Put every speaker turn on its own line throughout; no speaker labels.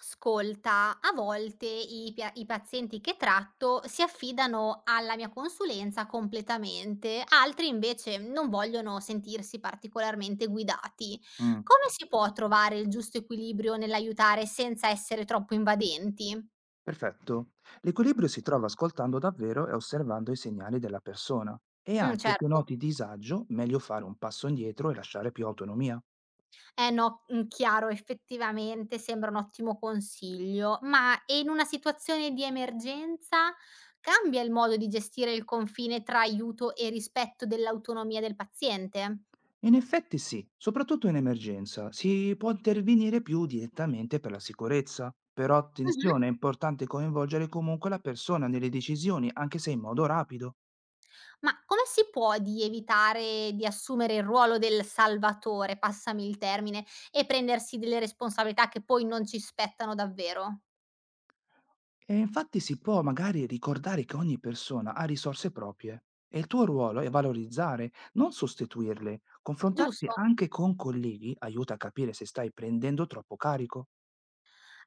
Ascolta, a volte i pazienti che tratto si affidano alla mia consulenza completamente, altri invece non vogliono sentirsi particolarmente guidati.
Mh,
Come si può trovare il giusto equilibrio nell'aiutare senza essere troppo invadenti?
perfetto. L'equilibrio si trova ascoltando davvero e osservando i segnali della persona e
Mm,
anche se
certo.
noti disagio, meglio fare un passo indietro e lasciare più autonomia.
Eh no, chiaro, effettivamente sembra un ottimo consiglio, ma e in una situazione di emergenza cambia il modo di gestire il confine tra aiuto e rispetto dell'autonomia del paziente?
In effetti sì, soprattutto in emergenza, si può intervenire più direttamente per la sicurezza, però
Mh-mh.
attenzione, è importante coinvolgere comunque la persona nelle decisioni, anche se in modo rapido.
Ma come si può di evitare di assumere il ruolo del salvatore, passami il termine, e prendersi delle responsabilità che poi non ci spettano davvero?
E infatti si può magari ricordare che ogni persona ha risorse proprie e il tuo ruolo è valorizzare, non sostituirle. Confrontarsi
Giusto?
anche con colleghi aiuta a capire se stai prendendo troppo carico.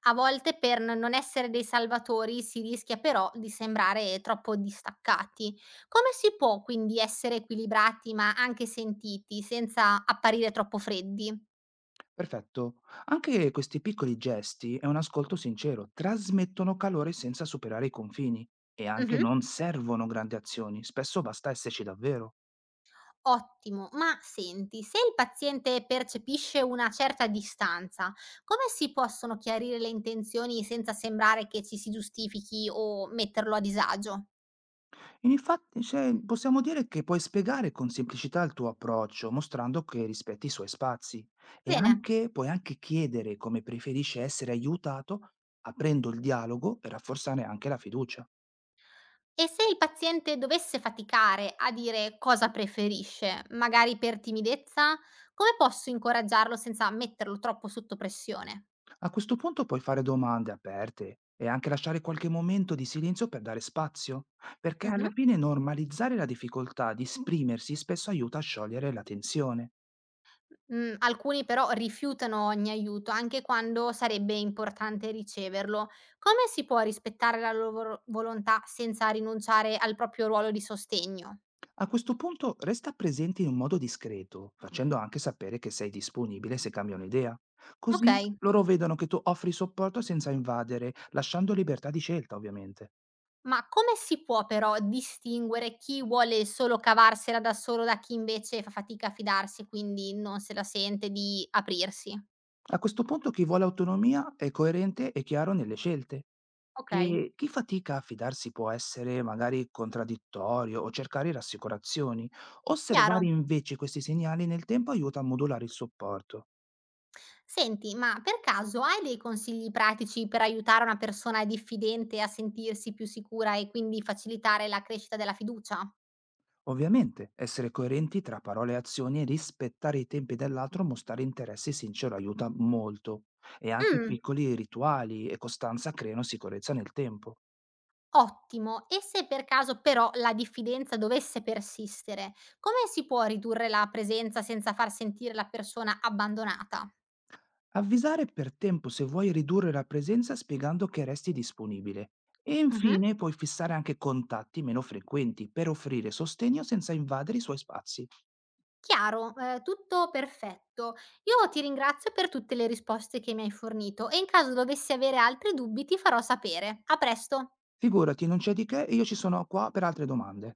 A volte per n non essere dei salvatori si rischia però di sembrare troppo distaccati. Come si può quindi essere equilibrati, ma anche sentiti, senza apparire troppo freddi?
Perfetto. Anche questi piccoli gesti e un ascolto sincero trasmettono calore senza superare i confini e anche
Mh-mh.
non servono grandi azioni, spesso basta esserci davvero.
Ottimo, ma senti, se il paziente percepisce una certa distanza, come si possono chiarire le intenzioni senza sembrare che ci si giustifichi o metterlo a disagio?
Infatti, cioè, possiamo dire che puoi spiegare con semplicità il tuo approccio, mostrando che rispetti i suoi spazi e
Bene.
anche, puoi anche chiedere come preferisce essere aiutato, aprendo il dialogo e rafforzare anche la fiducia.
E se il paziente dovesse faticare a dire cosa preferisce, magari per timidezza, come posso incoraggiarlo senza metterlo troppo sotto pressione?
A questo punto puoi fare domande aperte e anche lasciare qualche momento di silenzio per dare spazio, perché alla
Mh-mh.
fine normalizzare la difficoltà di esprimersi spesso aiuta a sciogliere la tensione.
Mhmm, Alcuni però rifiutano ogni aiuto, anche quando sarebbe importante riceverlo. Come si può rispettare la loro volontà senza rinunciare al proprio ruolo di sostegno?
A questo punto resta presente in un modo discreto, facendo anche sapere che sei disponibile se cambiano idea. Così
Okay.
loro vedono che tu offri supporto senza invadere, lasciando libertà di scelta, ovviamente.
Ma come si può però distinguere chi vuole solo cavarsela da solo da chi invece fa fatica a fidarsi, e quindi non se la sente di aprirsi?
A questo punto chi vuole autonomia è coerente e chiaro nelle scelte.
Okay,
E chi fatica a fidarsi può essere magari contraddittorio o cercare rassicurazioni.
chiaro.
Osservare invece questi segnali nel tempo aiuta a modulare il supporto.
Senti, ma per caso hai dei consigli pratici per aiutare una persona diffidente a sentirsi più sicura e quindi facilitare la crescita della fiducia?
Ovviamente, essere coerenti tra parole e azioni, rispettare i tempi dell'altro, mostrare interesse sincero aiuta molto. E anche
Mh,
piccoli rituali e costanza creano sicurezza nel tempo.
ottimo. E se per caso però la diffidenza dovesse persistere, come si può ridurre la presenza senza far sentire la persona abbandonata?
Avvisare per tempo se vuoi ridurre la presenza spiegando che resti disponibile. E
Mh-mh.
infine puoi fissare anche contatti meno frequenti per offrire sostegno senza invadere i suoi spazi.
Chiaro, tutto perfetto. Io ti ringrazio per tutte le risposte che mi hai fornito e in caso dovessi avere altri dubbi ti farò sapere. A presto.
Figurati, non c'è di che e io ci sono qua per altre domande.